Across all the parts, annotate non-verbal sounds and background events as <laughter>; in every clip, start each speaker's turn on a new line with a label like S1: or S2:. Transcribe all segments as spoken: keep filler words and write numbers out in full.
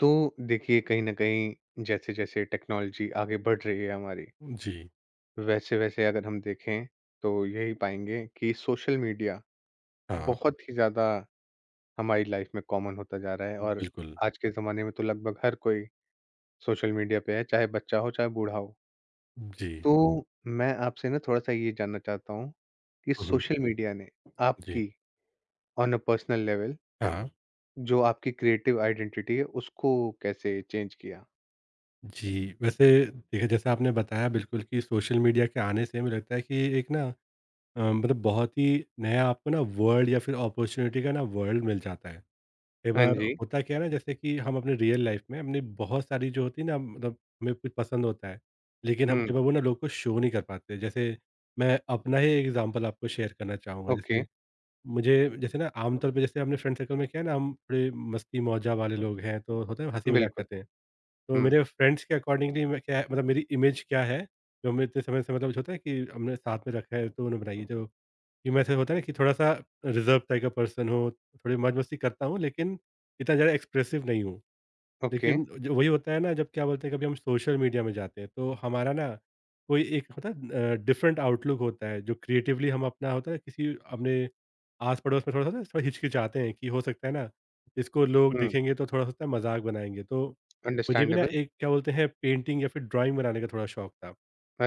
S1: तो देखिए कहीं न कहीं जैसे, जैसे टेक्नोलॉजी आगे बढ़ रही है हमारी,
S2: जी,
S1: वैसे, वैसे अगर हम देखें तो यही पाएँगे कि सोशल मीडिया
S2: हाँ,
S1: बहुत ही ज़्यादा हमारी लाइफ़ में कॉमन होता जा रहा है। और
S2: बिल्कुल।
S1: आज के ज़माने में तो लगभग हर कोई सोशल मीडिया पे है, चाहे बच्चा हो, चाहे बूढ़ा हो।
S2: जी।
S1: तो मैं आपसे ना थोड़ा-सा ये जानना चाहता हूँ कि
S2: हुँ, हुँ।
S1: सोशल मीडिया ने
S2: जी, हुँ।
S1: आपकी ऑन अ पर्सनल लेवल
S2: हाँ।
S1: जो आपकी क्रिएटिव आइडेंटिटी है, उसको कैसे चेंज किया?
S2: जी, वैसे देखिए, जैसा आपने बताया बिल्कुल कि सोशल मीडिया के आने से मुझे लगता है कि एक ना अ, मतलब बहुत ही नया आपको ना वर्ल्ड या फिर अपॉर्च्युनिटी का ना वर्ल्ड मिल जाता है। कई
S1: हाँ
S2: बार
S1: जी।
S2: होता क्या है ना, जैसे कि हम अपने रियल लाइफ़ में हमने बहुत सारी जो होती है ना मतलब, हमें कुछ पसंद होता है, लेकिन हम कई
S1: हुँ,
S2: बार वो ना लोग को शो नहीं कर पाते। जैसे मैं अपना ही एग्ज़ाम्पल आपको शेयर करना चाहूँगा,
S1: ओके,
S2: जैसे मुझे, जैसे ना आमतौर पे जैसे अपने फ्रेंड सर्कल में क्या है ना, हम थोड़े मस्ती मौजा वाले लोग हैं, तो होता है हँसी मज़ाक
S1: बिल्कुल।
S2: करते हैं। तो
S1: हुँ।
S2: मेरे फ्रेंड्स के अकॉर्डिंगली मैं क्या है मतलब मेरी इमेज क्या है, जो हमने इतने समय से, मतलब होता है कि हमने साथ में रखा है, तो उन्होंने बनाई है। जो कि मैं ऐसे होता है ना कि थोड़ा-सा रिज़र्व टाइप का पर्सन हूँ, थोड़ी मौज मस्ती करता हूँ लेकिन इतना ज़्यादा एक्सप्रेसिव नहीं हूँ।
S1: ओके।
S2: लेकिन जो वही होता है ना, जब क्या बोलते हैं, कभी हम सोशल मीडिया में जाते हैं तो हमारा ना कोई एक होता है, डिफरेंट आउटलुक होता है, जो क्रिएटिवली हम अपना होता है, किसी अपने आस पड़ोस में थोड़ा सा थोड़ा हिचकिचाते हैं कि हो सकता है ना इसको लोग
S1: हुँ,
S2: देखेंगे तो थोड़ा सा मजाक बनाएंगे, तो मुझे भी ना
S1: अंडरस्टैंडेबल।
S2: एक क्या बोलते हैं, पेंटिंग या फिर ड्राइंग बनाने का थोड़ा शौक था।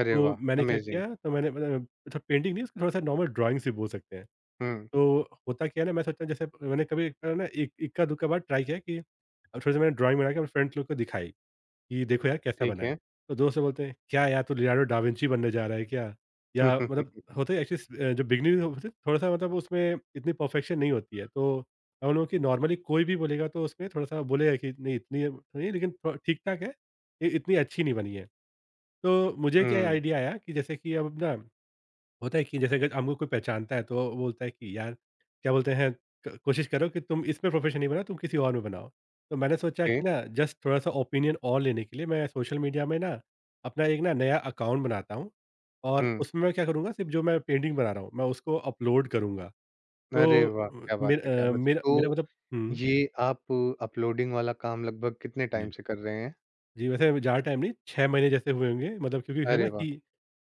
S1: अरे वाह!
S2: मैंने क्या
S1: अमेज़िंग।
S2: किया, तो मैंने मतलब, मतलब पेंटिंग नहीं, उसको थोड़ा सा नॉर्मल ड्राइंग से बोल सकते हैं।
S1: हुँ,
S2: तो होता क्या है ना, मैं सोचता हूँ जैसे मैंने कभी एक बार ना, एक इक्का-दुक्का बार ट्राई किया कि अब थोड़ी-सी मैंने ड्राइंग बना के अपने फ्रेंड्स लोग को दिखाई कि देखो यार कैसा
S1: ठीक
S2: बना है।
S1: है।
S2: तो दोस्त लोग बोलते हैं, "क्या यार, तू लियोनार्डो डा विंची बनने जा रहा है क्या?"
S1: <laughs> हुँ,
S2: या
S1: हुँ,
S2: मतलब
S1: हुँ।
S2: होता है एक्चुअली अ, जो बिगिनर होते हैं, थोड़ा-सा मतलब उसमें इतनी परफेक्शन नहीं होती है। तो हम लोगों की नॉर्मली कोई भी बोलेगा तो उसमें थोड़ा-सा बोलेगा कि नहीं इतनी तो नहीं है लेकिन थोड़ा ठीक-ठाक है, ये इतनी अच्छी नहीं बनी है। तो मुझे क्या
S1: हुँ,
S2: आइडिया आया कि जैसे कि अब ना होता है कि जैसे अगर हमको कोई पहचानता है तो वो बोलता है कि यार, क्या बोलते हैं, क- कोशिश करो कि तुम इसमें प्रोफेशन नहीं बनाओ, तुम किसी और में बनाओ। तो मैंने सोचा
S1: ओके।
S2: कि ना, जस्ट थोड़ा सा ओपिनियन और लेने के लिए मैं सोशल मीडिया में ना अपना एक ना नया अकाउंट बनाता हूँ, और
S1: हुँ,
S2: उसमें मैं क्या करूँगा, सिर्फ जो मैं पेंटिंग बना रहा हूँ मैं उसको अपलोड करूँगा।
S1: अरे
S2: तो
S1: वाह!
S2: अ,
S1: क्या बात
S2: मेर,
S1: है, क्या
S2: अ,
S1: बात है।
S2: मेरा मेरा
S1: तो
S2: मतलब। हम्म,
S1: ये आप अपलोडिंग वाला काम लगभग कितने टाइम
S2: जी
S1: से कर रहे हैं?
S2: जी, वैसे ज़्यादा टाइम नहीं, छह महीने जैसे हुए होंगे, मतलब क्योंकि है ना
S1: अरे वाह!
S2: कि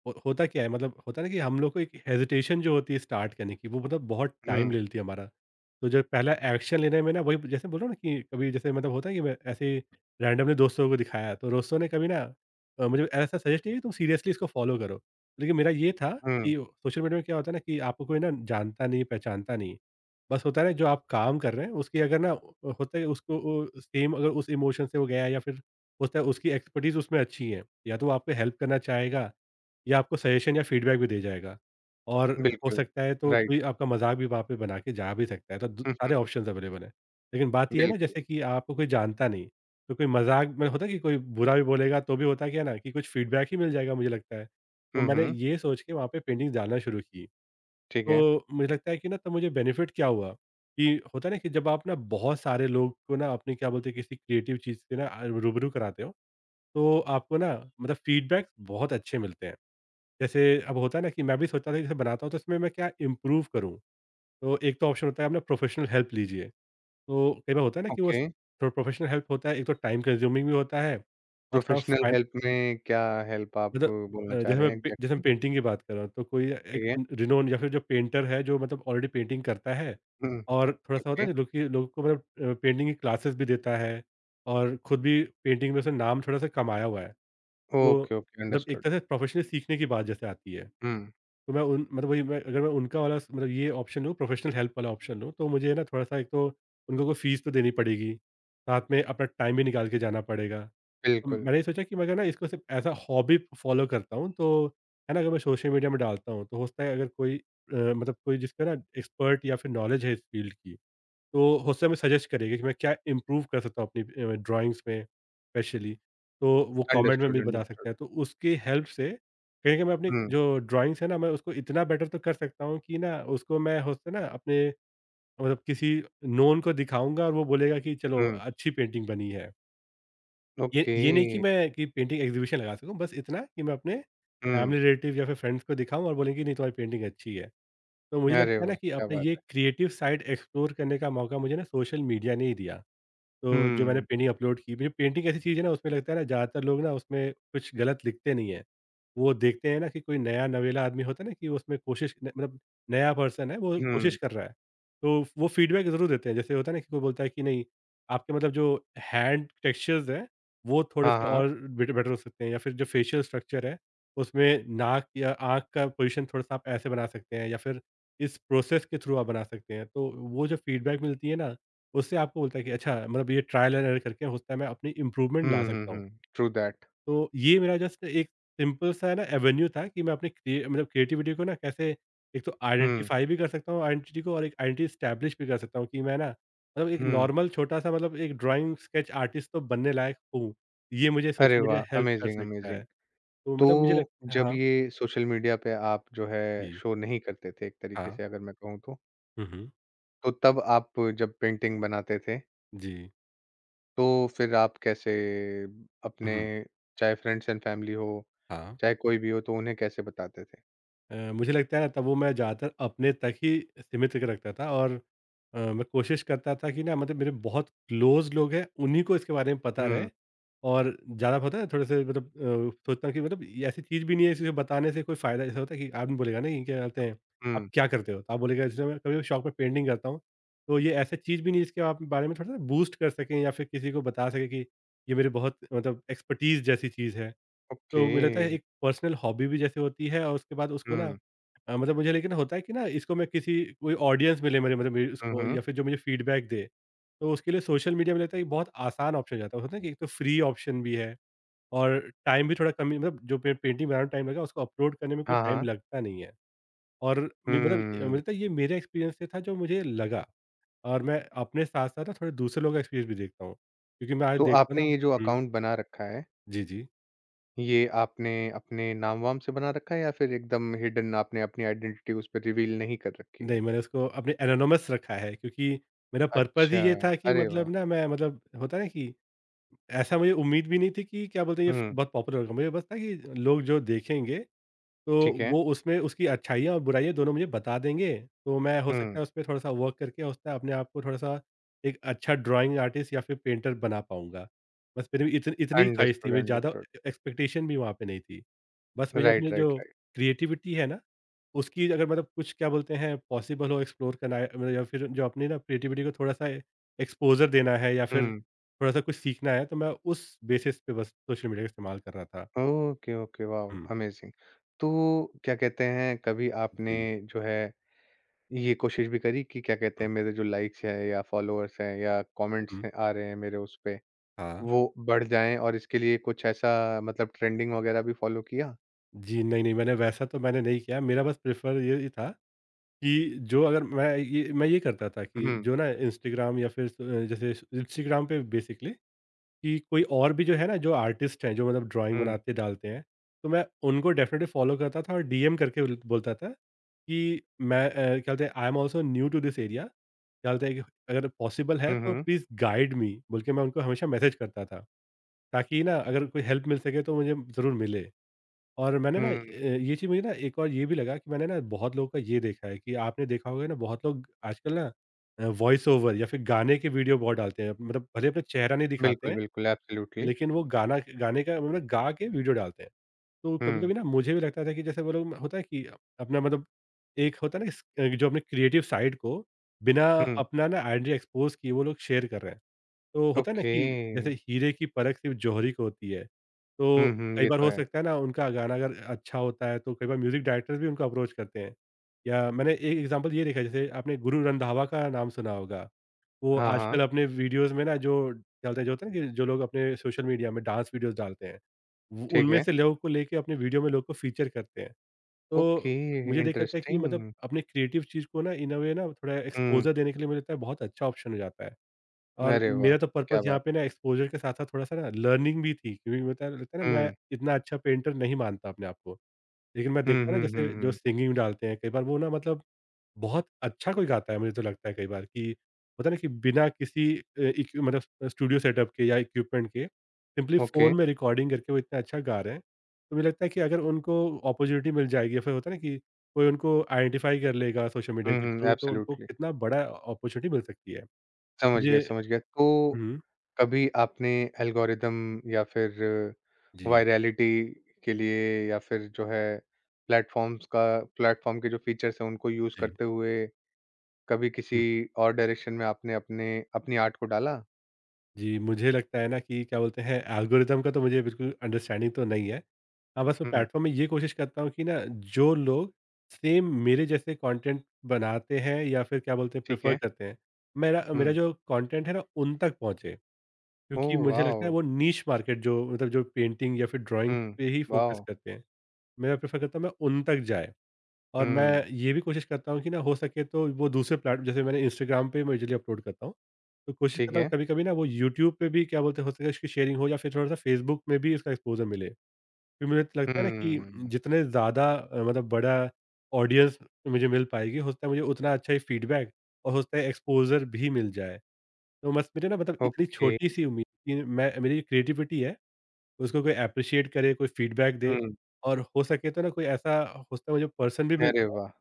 S2: हो होता क्या है, मतलब होता है ना कि हम लोग को एक हेजिटेशन जो होती है स्टार्ट करने की, वो मतलब बहुत टाइम
S1: हुँ,
S2: ले लेती है हमारा। तो जो पहला एक्शन लेने में ना, वही जैसे बोल रहा हूँ ना कि कभी जैसे मतलब होता है कि मैं ऐसे ही रैंडमली दोस्तों को दिखाया, तो दोस्तों ने कभी ना अ, मुझे ऐसा सजेस्ट किया कि तुम सीरियसली इसको फ़ॉलो करो। लेकिन मेरा ये था
S1: हुँ,
S2: कि सोशल मीडिया में क्या होता है ना कि आपको कोई ना जानता नहीं, पहचानता नहीं। बस होता है ना, जो आप काम कर रहे हैं उसकी अगर ना होता है, उसको वो सेम अगर उस इमोशन से वो गया, या फिर उसका उसकी एक्सपर्टीज़ उसमें अच्छी है, या तो वो आपको हेल्प करना चाहेगा, या आपको सजेशन या फीडबैक भी दे जाएगा। और हो
S1: बिल्कुल,
S2: सकता है तो कोई
S1: राइट।
S2: आपका मज़ाक भी वहाँ पे बना के जा भी सकता है, तो द
S1: हुँ,
S2: सारे
S1: हुँ,
S2: ऑप्शंस अवेलेबल हैं। लेकिन बात
S1: <laughs>
S2: ये है ना,
S1: बिल्कुल।
S2: जैसे कि आपको कोई जानता नहीं, तो कोई मज़ाक में होता है कि कोई बुरा भी बोलेगा, तो भी होता क्या है ना कि कुछ फीडबैक ही मिल जाएगा, मुझे लगता है। तो
S1: हुँ,
S2: मैंने
S1: हुँ,
S2: ये सोच के वहाँ पे पेंटिंग डालना शुरू की।
S1: ठीक है,
S2: तो मुझे लगता है कि ना तब मुझे बेनिफिट क्या हुआ कि होता है ना कि जब आप ना बहुत सारे लोग को ना अपने क्या बोलते हैं, किसी क्रिएटिव चीज़ से ना अ, रूबरू कराते हो, तो आपको ना मतलब फीडबैक बहुत अच्छे मिलते हैं। जैसे अब होता है ना कि मैं भी सोचता था कि जैसे बनाता हूँ तो इसमें मैं क्या इम्प्रूव करूँ? तो एक तो ऑप्शन होता है, अपना प्रोफ़ेशनल हेल्प लीजिए। तो कई बार होता है ना कि वो
S1: ओके।
S2: थोड़ा प्रोफ़ेशनल हेल्प होता है, एक तो टाइम कंज्यूमिंग भी होता है और थोड़ा
S1: प्रोफ़ेशनल
S2: फाइन
S1: हेल्प में क्या हेल्प आप
S2: मतलब
S1: बोलना
S2: अ,
S1: चाह
S2: जैसे
S1: रहे
S2: मैं
S1: हैं
S2: पे जैसे मैं
S1: एग्ज़ैक्टली?
S2: पेंटिंग की बात कर रहा हूँ, तो कोई एक
S1: ठीक है।
S2: रिनोन या फिर जो पेंटर है, जो मतलब ऑलरेडी पेंटिंग करता है
S1: हुँ,
S2: और थोड़ा-सा होता
S1: ओके,
S2: है ना, लोग कि लोगों को मतलब अ, पेंटिंग की क्लासेस भी देता है और खुद भी पेंटिंग में उसने नाम थोड़ा-सा कमाया हुआ है। तो
S1: ओके, ओके,
S2: मतलब एक
S1: अंडरस्टूड।
S2: तरह से प्रोफेशनली सीखने की बात जैसे आती है,
S1: हुँ,
S2: तो मैं उन मतलब, वही मैं अगर मैं उनका वाला मतलब ये ऑप्शन लूँ, प्रोफेशनल हेल्प वाला ऑप्शन लूँ, तो मुझे ना थोड़ा-सा, एक तो उन लोगों को फ़ीस तो देनी पड़ेगी, साथ में अपना टाइम भी निकाल के जाना पड़ेगा। तो
S1: बिल्कुल,
S2: मैंने ये सोचा कि मैं अगर ना इसको सिर्फ़ एज़ अ हॉबी फॉलो करता हूँ, तो है ना, अगर मैं सोशल मीडिया में डालता हूँ, तो हो सकता है अगर कोई अ, मतलब कोई जिसका ना एक्सपर्ट या फिर नॉलेज है इस फील्ड की, तो होस्टा हमें सजेस्ट करेगी कि मैं क्या इम्प्रूव कर सकता हूँ अपनी अ, ड्राइंग्स में स्पेशली। तो वो कमेंट में भी
S1: अंडरस्टूड,
S2: बता सकते
S1: अंडरस्टूड।
S2: हैं। तो उसकी हेल्प से कहीं न कहीं मैं अपनी
S1: हुँ,
S2: जो ड्राइंग्स है ना, मैं उसको इतना बेटर तो कर सकता हूँ कि ना, उसको मैं होता है ना अपने मतलब किसी नोन को दिखाऊँगा और वो बोलेगा कि चलो
S1: हुँ।
S2: अच्छी पेंटिंग बनी है। ये
S1: ओके।
S2: ये नहीं कि मैं कि पेंटिंग एग्ज़िबिशन लगा सकूँ, बस इतना कि मैं अपने
S1: हुँ।
S2: फैमिली रिलेटिव या फिर फ्रेंड्स को दिखाऊँ और बोलें कि नहीं, तुम्हारी पेंटिंग अच्छी है। तो मुझे
S1: अरे
S2: लगता है ना
S1: वाह!
S2: कि
S1: क्या
S2: अपना
S1: बात
S2: ये
S1: है।
S2: क्रिएटिव साइड एक्सप्लोर करने का मौका मुझे ना सोशल मीडिया ने ही दिया। तो जो मैंने
S1: हुँ,
S2: पेंटिंग अपलोड की, मुझे पेंटिंग ऐसी चीज़ है ना उसमें लगता है ना ज़्यादातर लोग ना उसमें कुछ गलत लिखते नहीं हैं। वो देखते हैं ना कि कोई नया नवेला आदमी होता है ना कि वो उसमें कोशिश न मतलब, नया पर्सन है वो कोशिश
S1: हुँ।
S2: कर रहा है। तो वो फीडबैक ज़रूर देते हैं, जैसे होता है ना कि कोई बोलता है कि नहीं, आपके मतलब जो हैंड टेक्सचर्स हैं वो थोड़े
S1: हाँ,
S2: से
S1: हाँ।
S2: और बेट बेटर हो सकते हैं, या फिर जो फेशियल स्ट्रक्चर है, उसमें नाक या आँख का पोजीशन थोड़ा-सा आप ऐसे बना सकते हैं, या फिर इस प्रोसेस के थ्रू आप बना सकते हैं। तो वो जो फीडबैक मिलती है ना, उससे आपको बोलता है कि अच्छा मतलब ये ट्रायल एंड एरर करके हो सकता है मैं अपनी इम्प्रूवमेंट ला
S1: हुँ, हुँ,
S2: सकता हूँ।
S1: हुँ। True that.
S2: तो ये मेरा जस्ट एक सिंपल सा है ना एवेन्यू था कि मैं अपनी क्रिए मतलब क्रिएटिविटी को ना कैसे, एक तो
S1: हुँ,
S2: आइडेंटिफ़ाई भी कर सकता हूँ आइडेंटिटी को, और एक आइडेंटिटी एस्टेब्लिश भी कर सकता हूँ कि मैं ना मतलब एक
S1: हुँ।
S2: नॉर्मल छोटा-सा मतलब एक ड्राइंग स्केच आर्टिस्ट तो बनने लायक हूँ। ये मुझे
S1: अरे
S2: सोशल मीडिया
S1: वाह!
S2: हेल्प कर
S1: अमेज़िंग,
S2: सकता है।
S1: अमेज़िंग।
S2: तो
S1: तो
S2: मतलब मुझे लगता है,
S1: जब
S2: हाँ।
S1: ये सोशल मीडिया पे आप जो है
S2: जी।
S1: शो नहीं करते थे एक तरीके
S2: हाँ।
S1: से अगर मैं कहूँ तो,
S2: हुँ, हुँ।
S1: तो तब आप जब पेंटिंग बनाते थे,
S2: जी।
S1: तो फिर आप कैसे
S2: हुँ,
S1: अपने,
S2: हुँ।
S1: चाहे फ्रेंड्स एंड फैमिली हो,
S2: हाँ।
S1: चाहे कोई भी हो तो उन्हें कैसे बताते थे?
S2: अ, मुझे लगता है ना, तब वो मैं ज़्यादातर अपने तक ही सीमित करके रखता था, और अ, मैं कोशिश करता था कि ना मतलब मेरे बहुत क्लोज लोग हैं उन्हीं को इसके बारे में पता रहे,
S1: हुँ,
S2: और ज़्यादा पता है थोड़े से, मतलब अ, सोचता हूँ कि मतलब ये ऐसी चीज़ भी नहीं है, इसे बताने से कोई फ़ायदा ऐसा होता है कि आदमी बोलेगा ना कि क्या बोलते हैं, आप
S1: हुँ।
S2: क्या करते हो, तो आप बोलेगा जैसे मैं कभी शौक पर पेंटिंग करता हूँ, तो ये ऐसा चीज़ भी नहीं है, इसके आप बारे में थोड़ा सा बूस्ट कर सकें, या फिर किसी को बता सकें कि ये मेरे बहुत मतलब एक्सपर्टीज़ जैसी चीज़ है। तो
S1: ओके।
S2: मुझे लगता है एक पर्सनल हॉबी भी जैसे होती है, और उसके बाद उसको ना
S1: हुँ।
S2: अ, मतलब मुझे लेकिन होता है कि ना इसको मैं किसी कोई ऑडियंस मिले मेरे मतलब मेरे
S1: हुँ,
S2: उसको,
S1: हुँ।
S2: या फिर जो मुझे फीडबैक दे, तो उसके लिए सोशल मीडिया में लगता है कि बहुत आसान ऑप्शन हो जाता है, होता है कि एक तो फ्री ऑप्शन भी है, और टाइम भी थोड़ा कम ही- मतलब जो पे- पेंटिंग बनाने में टाइम लगा उसको अपलोड करने में कोई
S1: हाँ,
S2: टाइम
S1: हाँ।
S2: लगता नहीं है। और मे- मतलब अ, मुझे
S1: हुँ।
S2: लगता है ये मेरा एक्सपीरियंस से था जो मुझे लगा। और मैं अपने साथ साथ ना थोड़े दूसरे लोगों का एक्सपीरियंस भी देखता हूँ, क्योंकि मैं आज
S1: तो
S2: देखता हूँ
S1: आपने
S2: ना।
S1: ये जो
S2: हम्म,
S1: अकाउंट बना रखा है,
S2: जी जी।
S1: ये आपने अपने नाम-वाम से बना रखा है या फिर एकदम हिडन आपने अपनी आइडेंटिटी उस पे रिवील नहीं कर रखी है?
S2: नहीं, मैंने उसको अपने एनोनिमस रखा है, क्योंकि मेरा पर्पज़ ही
S1: अच्छा,
S2: ये था कि
S1: अरे वाह!
S2: मतलब ना, मैं मतलब, होता है ना कि ऐसा मुझे उम्मीद भी नहीं थी कि क्या बोलते हैं, ये फ
S1: हुँ,
S2: बहुत पॉपुलर होगा। मुझे बस था कि लोग जो देखेंगे, तो
S1: ठीक है।
S2: वो उसमें उसकी अच्छाइयाँ और बुराइयाँ दोनों मुझे बता देंगे, तो मैं हो सकता
S1: हुँ,
S2: है उसपे थोड़ा-सा वर्क करके हो सकता है अपने आप को थोड़ा-सा एक अच्छा ड्राइंग आर्टिस्ट या फिर पेंटर बना पाऊँगा। बस मेरी भी इतन इतनी ही ख़्वाहिश थी,
S1: अंडरस्टूड,
S2: मेरी ज़्यादा
S1: अंडरस्टूड।
S2: ए एक्सपेक्टेशन भी वहाँ पे नहीं थी। बस मुझे अपनी
S1: राइट,
S2: जो
S1: राइट, राइट।
S2: क्रिएटिविटी है ना, उसकी अगर मतलब कुछ, क्या बोलते हैं, पॉसिबल हो एक्सप्लोर करना है, मतलब, या फिर जो अपनी ना क्रिएटिविटी को थोड़ा-सा एक्सपोज़र देना है या फिर
S1: हुँ,
S2: थोड़ा-सा कुछ सीखना है, तो मैं उस बेसिस पे बस सोशल मीडिया का इस्तेमाल कर रहा था।
S1: Okay, okay, wow!
S2: हुँ,
S1: अमेज़िंग। तो क्या कहते हैं, कभी आपने
S2: जी।
S1: जो है ये कोशिश भी करी कि क्या कहते
S2: हुँ,
S1: हैं, मेरे जो लाइक्स हैं या फॉलोअर्स हैं या कमेंट्स
S2: हुँ,
S1: हैं आ रहे हैं मेरे उस पे
S2: हाँ।
S1: वो बढ़ जाएँ और इसके लिए कुछ ऐसा मतलब ट्रेंडिंग वगैरह भी फॉलो किया?
S2: जी, नहीं, नहीं, मैंने वैसा तो मैंने नहीं किया। मेरा बस प्रेफ़र ये ही था कि जो, अगर मैं ये मैं ये करता था कि
S1: हुँ,
S2: जो ना इंस्टाग्राम या फिर अ, जैसे इंस्टाग्राम पे बेसिकली, कि कोई और भी जो है ना, जो आर्टिस्ट हैं, जो मतलब ड्राइंग
S1: हुँ,
S2: बनाते, डालते हैं, तो मैं उनको डेफ़िनिटली फ़ॉलो करता था और डीएम करके उल बोलता था कि मैं, अ, क्या बोलते हैं, I am also new to this area, क्या बोलते हैं कि अगर पॉसिबल है
S1: हुँ,
S2: तो
S1: हुँ,
S2: प्लीज़ गाइड मी, बोल के मैं उनको हमेशा मैसेज करता था, ताकि ना अगर कोई हेल्प मिल सके तो मुझे ज़रूर मिले। और मैंने ना अ,
S1: हुँ।
S2: ये चीज़ मुझे ना, एक और ये भी लगा कि मैंने ना बहुत लोगों का ये देखा है कि आपने देखा होगा ना, बहुत लोग आजकल ना अ, वॉइस ओवर या फिर गाने के वीडियो बहुत डालते हैं, मतलब भले अपना चेहरा नहीं दिखाते
S1: बिल्कुल,
S2: हैं,
S1: बिल्कुल, एब्सोल्युटली।
S2: लेकिन वो गाना गाने का मतलब गा के वीडियो डालते हैं। तो कभी
S1: हुँ,
S2: कभी ना मुझे भी लगता था कि जैसे वो लोग, होता है कि अपना मतलब एक होता है ना इस- अ, जो अपने क्रिएटिव साइड को बिना
S1: हुँ,
S2: अपना ना आइडिया एक्सपोज किए वो लोग शेयर कर रहे हैं, तो होता है ना
S1: ओके।
S2: कि जैसे हीरे की परख सिर्फ़ जौहरी को होती है।
S1: हुँ,
S2: तो
S1: हुँ,
S2: कई
S1: ये
S2: बार
S1: तो
S2: हो
S1: है।
S2: सकता है ना, उनका गाना अगर अच्छा होता है, तो कई बार म्यूज़िक डायरेक्टर्स भी उनको अप्रोच करते हैं। या मैंने एक एग्ज़ाम्पल ये देखा है, जैसे आपने गुरु रंधावा का नाम सुना होगा। वो
S1: हाँ, हाँ,
S2: आजकल अपने वीडियोज़ में ना जो डालते हैं, जो होता है ना कि जो लोग अपने सोशल मीडिया में डांस वीडियोज़ डालते हैं, व
S1: ठीक
S2: उनमें
S1: है।
S2: से लोगों को लेके अपने वीडियो में लोग को फ़ीचर करते हैं। तो
S1: ओके,
S2: मुझे देख लगता है कि मतलब
S1: इंटरेस्टिंग।
S2: अपने क्रिएटिव चीज़ को ना, इन अ वे ना, थोड़ा
S1: हुँ,
S2: एक्सपोज़र देने के लिए, मुझे लगता है, बहुत अच्छा ऑप्शन हो जाता है। और
S1: अरे वाह!
S2: मेरा तो
S1: क्या
S2: पर्पज़ यहाँ
S1: बात
S2: पे ना
S1: है।
S2: एक्सपोज़र के साथ-साथ थोड़ा-सा ना लर्निंग भी थी, क्योंकि होता है, लगता है ना, मैं
S1: हुँ,
S2: इतना अच्छा पेंटर नहीं मानता अपने आप को। लेकिन मैं
S1: हुँ,
S2: देखता हूँ ना,
S1: हुँ,
S2: जैसे
S1: हुँ,
S2: जो
S1: हुँ।
S2: सिंगिंग डालते हैं कई बार, वो ना, मतलब बहुत अच्छा कोई गाता है, मुझे तो लगता है कई बार कि होता है ना कि बिना किसी अ, इक्यू मतलब स्टूडियो सेटअप के या इक्विपमेंट के, सिंपली
S1: ओके।
S2: फ़ोन में रिकॉर्डिंग करके वो इतना अच्छा गा रहे हैं। तो मुझे लगता है कि अगर उनको अपॉर्च्युनिटी मिल जाएगी या फिर होता है ना कि कोई उनको आइडेंटिफ़ाई कर लेगा सोशल मीडिया
S1: हुँ,
S2: के
S1: हुँ,
S2: थ्रू, तो उनको
S1: एब्सोल्युटली।
S2: कितना बड़ा अपॉर्च्युनिटी मिल सकती है।
S1: समझ गया,
S2: मुझे
S1: समझ गया। तो
S2: हुँ,
S1: कभी आपने एल्गोरिदम या फिर
S2: जी।
S1: वायरैलिटी के लिए या फिर जो है प्लेटफ़ॉर्म्स का प्लेटफ़ॉर्म के जो फीचर्स हैं उनको यूज़
S2: जी।
S1: करते हुए कभी किसी
S2: हुँ,
S1: और डायरेक्शन में आपने अपने अपनी आर्ट को डाला?
S2: जी, मुझे लगता है ना कि क्या बोलते हैं, एल्गोरिदम का तो मुझे बिल्कुल अंडरस्टैंडिंग तो नहीं है। हाँ, बस मैं
S1: हुँ,
S2: प्लेटफ़ॉर्म में ये कोशिश करता हूँ कि ना जो लोग सेम मेरे जैसे कंटेंट बनाते हैं या फिर, क्या बोलते हैं,
S1: ठीक
S2: प्रेफ़र
S1: है।
S2: करते हैं, मेरा मेरा
S1: हुँ।
S2: जो कंटेंट है ना, उन तक पहुँचे। क्योंकि
S1: ओह
S2: मुझे लगता है
S1: वाओ!
S2: वो नीश मार्केट, जो मतलब जो पेंटिंग या फिर ड्राइंग
S1: हुँ,
S2: पे ही फ़ोकस
S1: वाओ!
S2: करते हैं, मैं प्रेफ़र करता हूँ मैं उन तक जाए। और मैं
S1: हुँ,
S2: ये भी कोशिश करता हूँ कि ना हो सके तो वो दूसरे प्लेट जैसे मैंने इंस्टाग्राम पे मैं यूजुअली अपलोड करता हूँ, तो कोशिश
S1: ठीक
S2: करता हूँ
S1: है।
S2: कभी-कभी ना वो यूट्यूब पे भी, क्या बोलते हैं, हो सके उसकी शेयरिंग हो या फिर थोड़ा-सा फेसबुक में भी उसका एक्सपोज़र मिले। फिर मुझे तो लगता है ना कि
S1: हुँ,
S2: जितने ज़्यादा अ, मतलब बड़ा ऑडियंस मुझे मिल पाएगी, हो सकता है मुझे उतना अच्छा ही फीडबैक और हो सकता है एक्सपोज़र भी मिल जाए। तो बस मुझे ना, मतलब इतनी
S1: ओके।
S2: छोटी-सी उम्मीद कि मैं, मेरी जो क्रिएटिविटी है, उसको कोई एप्रिशिएट करे, कोई फीडबैक दे
S1: हुँ,
S2: और हो सके तो ना कोई ऐसा, हो सकता है मुझे पर्सन भी मिल
S1: अरे
S2: जाए
S1: वाह!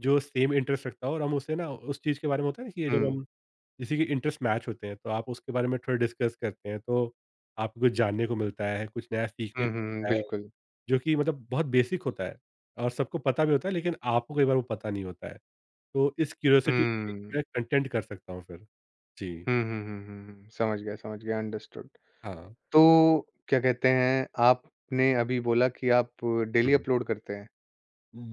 S2: जो सेम इंटरेस्ट रखता हो, और हम उसे ना उस चीज़ के बारे में, होता है ना कि ये जब
S1: हुँ,
S2: हम किसी के इंटरेस्ट मैच होते हैं, तो आप उसके बारे में थोड़ा डिस्कस करते हैं, तो आपको कुछ जानने को मिलता है, कुछ नया सीखने
S1: हुँ,
S2: को
S1: हुँ,
S2: मिलता है,
S1: बिल्कुल।
S2: जो कि मतलब बहुत बेसिक होता है और सबको पता भी होता है, लेकिन आपको कई बार वो पता नहीं होता है। तो इस क्यूरियोसिटी को भी
S1: हुँ।
S2: मैं कंटेंट कर सकता हूँ फिर। जी,
S1: हुँ, हुँ, हुँ, हुँ, हुँ। समझ गया, समझ गया, अंडरस्टूड।
S2: हाँ।
S1: तो क्या कहते हैं, आपने अभी बोला कि आप
S2: हुँ,
S1: डेली
S2: हुँ।
S1: अपलोड करते हैं?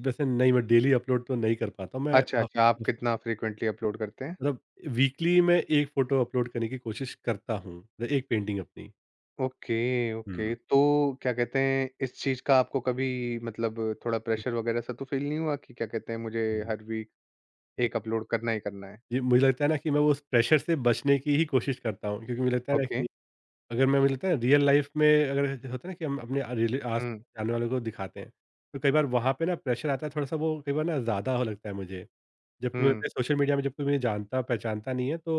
S2: वैसे नहीं, मैं डेली अपलोड तो नहीं कर पाता हूँ, मैं
S1: अच्छा,
S2: हफ
S1: अच्छा, आप
S2: हफ
S1: कितना फ्रीक्वेंटली अपलोड करते हैं?
S2: मतलब वीकली मैं एक फ़ोटो अपलोड करने की कोशिश करता हूँ, मतलब एक पेंटिंग अपनी।
S1: Okay, okay. तो क्या कहते हैं, इस चीज़ का आपको कभी मतलब थोड़ा प्रेशर वगैरह सा तो फ़ील नहीं हुआ कि क्या कहते हैं, मुझे
S2: हुँ।
S1: हर वीक एक अपलोड करना ही करना है?
S2: जी, मुझे लगता है ना कि मैं वो उस प्रेशर से बचने की ही कोशिश करता हूँ, क्योंकि मुझे लगता है ना
S1: ओके।
S2: कि अगर मैं, मुझे लगता है रियल लाइफ में, अगर जैसे होता है ना कि हम अपने रिले- आस
S1: हुँ,
S2: पास जानने वालों को दिखाते हैं, तो कई बार वहाँ पे ना प्रेशर आता है थोड़ा सा, वो कई बार ना ज़्यादा हो, लगता है मुझे, जबकि मुझे लगता
S1: हुँ,
S2: है सोशल मीडिया में, जबकि मुझे जानता पहचानता नहीं है, तो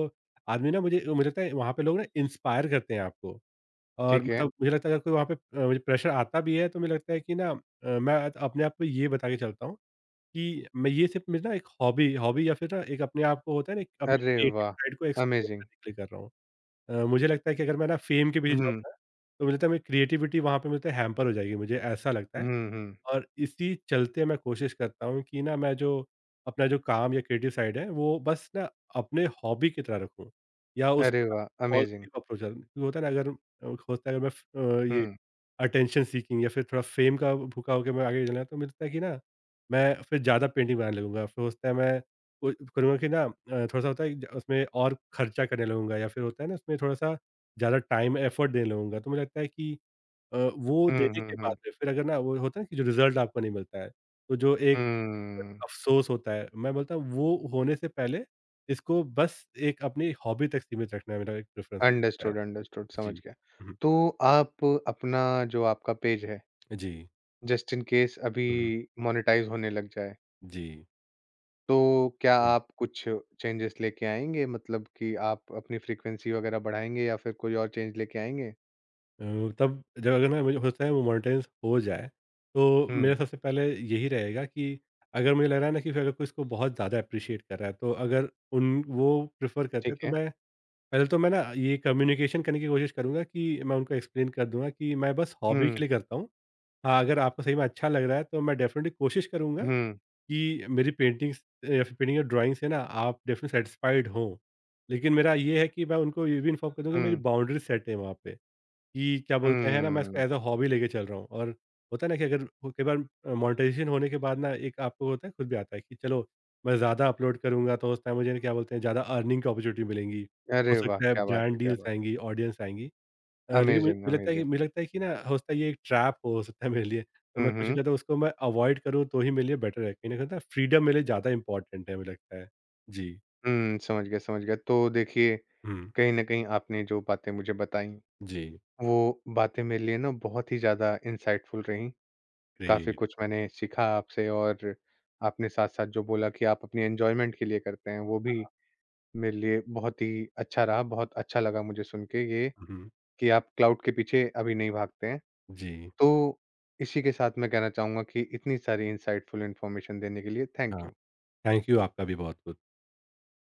S2: आदमी ना मुझे मुझे लगता है वहाँ पे लोग ना इंस्पायर करते हैं आपको। और
S1: ठीक है।
S2: मतलब मुझे लगता है अगर कोई वहाँ पे अ, मुझे प्रेशर आता भी है, तो मुझे लगता है कि ना, अ, मैं अपने आप को ये बता के चलता हूँ कि मैं ये सिर्फ़ मेरी ना एक हॉबी हॉबी या फिर ना एक अपने आप को, होता है ना, एक अपने
S1: अरे
S2: क्रिएटिव
S1: वाह!
S2: साइड को एक्सप्लोर
S1: अमेज़िंग।
S2: करने के लिए कर रहा हूँ। अ, मुझे लगता है कि अगर मैं ना फ़ेम के पीछे
S1: हुँ,
S2: जाऊँगा, तो मुझे लगता है मेरी क्रिएटिविटी वहाँ पे मुझे हैम्पर हो जाएगी, मुझे ऐसा लगता है।
S1: हुँ, हुँ।
S2: और इसी चलते मैं कोशिश करता हूँ कि ना मैं जो अपना जो काम या क्रिएटिव साइड है, वो बस ना अपने हॉबी की तरह रखूँ या
S1: अरे
S2: उसका
S1: वाह! अमेज़िंग।
S2: पॉज़िटिव अप्रोच, होता है ना, अगर अ, होता है, अगर मैं फ अ, ये
S1: हुँ,
S2: अटेंशन सीकिंग या फिर थोड़ा फेम का भूखा होके मैं आगे चला, तो मिलता है कि ना मैं फिर ज़्यादा पेंटिंग बनाने लगूँगा। फिर होता है, मैं को करूँगा कि ना, अ, थोड़ा-सा होता है ज उसमें और खर्चा करने लगूँगा, या फिर होता है ना उसमें थोड़ा-सा ज़्यादा टाइम एफर्ट देने लगूँगा। तो मुझे लगता है कि अ, वो
S1: हुँ,
S2: देने
S1: हुँ,
S2: के बाद
S1: हुँ।
S2: में फिर अगर ना वो होता है कि जो रिज़ल्ट आपको नहीं मिलता है, तो जो एक
S1: हुँ।
S2: अफ़सोस होता है, मैं बोलता हूँ, वो होने से पहले इसको बस एक अपनी हॉबी तक सीमित रखना मेरा एक प्रेफ़रेंस हो जाता है।
S1: अंडरस्टूड, अंडरस्टूड समझ
S2: जी।
S1: गया।
S2: हुँ, हुँ।
S1: तो आप अपना जो आपका पेज है,
S2: जी।
S1: जस्ट इन केस अभी
S2: हुँ, हुँ।
S1: मोनेटाइज़ होने लग जाए,
S2: जी।
S1: तो क्या आप कुछ चेंजेस लेके आएँगे? मतलब कि आप अपनी फ्रीक्वेंसी वगैरह बढ़ाएँगे या फिर कोई और चेंज लेके आएँगे?
S2: अ, तब जब अगर ना मुझे होता है वो मोनेटाइज़ हो जाए, तो
S1: हुँ,
S2: मेरा सबसे पहले यही रहेगा कि अगर मुझे लग रहा है ना कि फिर अगर कोई इसको बहुत ज़्यादा एप्रिशिएट कर रहा है, तो अगर उन वो प्रेफ़र करते हैं,
S1: ठीक
S2: तो
S1: है।
S2: मैं पहले, तो मैं ना ये कम्युनिकेशन करने की कोशिश करूँगा कि मैं उनको एक्सप्लेन कर दूँगा कि मैं बस हॉबी के
S1: हुँ,
S2: लिए करता हूँ। हाँ, अगर आपको सही में अच्छा लग रहा है, तो मैं डेफ़िनिटली कोशिश करूँगा
S1: हुँ,
S2: कि मेरी पेंटिंग्स या फिर पेंटिंग या ड्राइंग से ना आप डेफ़िनिटली सैटिस्फाइड हों। लेकिन मेरा ये है कि मैं उनको ये भी इन्फॉर्म कर दूँ कि मेरी
S1: हुँ,
S2: बाउंड्री सेट है वहाँ पे, कि क्या बोलते हैं ना, मैं इसको
S1: हुँ।
S2: एज़ अ हॉबी लेके चल रहा हूँ। और होता है ना कि अगर वो कई बार अ, मोनेटाइज़ेशन होने के बाद ना, एक आपको होता है, खुद भी आता है कि चलो, मैं ज़्यादा अपलोड करूँगा, तो उस टाइम मुझे ना, क्या बोलते हैं, ज़्यादा अर्निंग की अपॉर्च्युनिटी मिलेंगी। हो
S1: अरे वाह!
S2: सकता है
S1: क्या बात
S2: ब्रांड
S1: है, क्या
S2: डील्स
S1: बात
S2: आएँगी, ऑडियंस आएँगी।
S1: है।
S2: अ, लेकिन मुझे
S1: अमेज़िंग,
S2: मुझे लगता है कि
S1: अमेज़िंग।
S2: मुझे लगता है कि ना, हो सकता है ये एक ट्रैप हो सकता है मेरे लिए। तो मैं
S1: हुँ,
S2: कोशिश
S1: हुँ।
S2: करता हूँ उसको मैं अवॉइड करूँ, तो ही मेरे लिए बेटर है। कहीं न कहीं ना फ्रीडम मेरे लिए ज़्यादा इम्पोर्टेंट है, मुझे लगता है। जी।
S1: हुँ, समझ गया, समझ गया। तो देखिए,
S2: हुँ।
S1: कहीं न कहीं आपने जो बातें मुझे बताई
S2: जी।
S1: वो बातें मेरे लिए ना बहुत ही ज़्यादा इंसाइटफुल रहीं। काफ़ी
S2: ग्रेट।
S1: कुछ मैंने सीखा आपसे और आपने साथ-साथ जो बोला कि आप अपनी एन्जॉयमेंट के लिए करते हैं, वो भी मेरे लिए बहुत ही अच्छा रहा। बहुत अच्छा लगा मुझे सुन के ये
S2: हुँ,
S1: कि आप क्लाउड के पीछे अभी नहीं भागते हैं।
S2: जी।
S1: तो इसी के साथ मैं कहना चाहूँगा कि इतनी सारी इंसाइटफुल इन्फॉर्मेशन देने के लिए थैंक
S2: हाँ,
S1: यू।
S2: थैंक यू आपका भी बहुत-बहुत।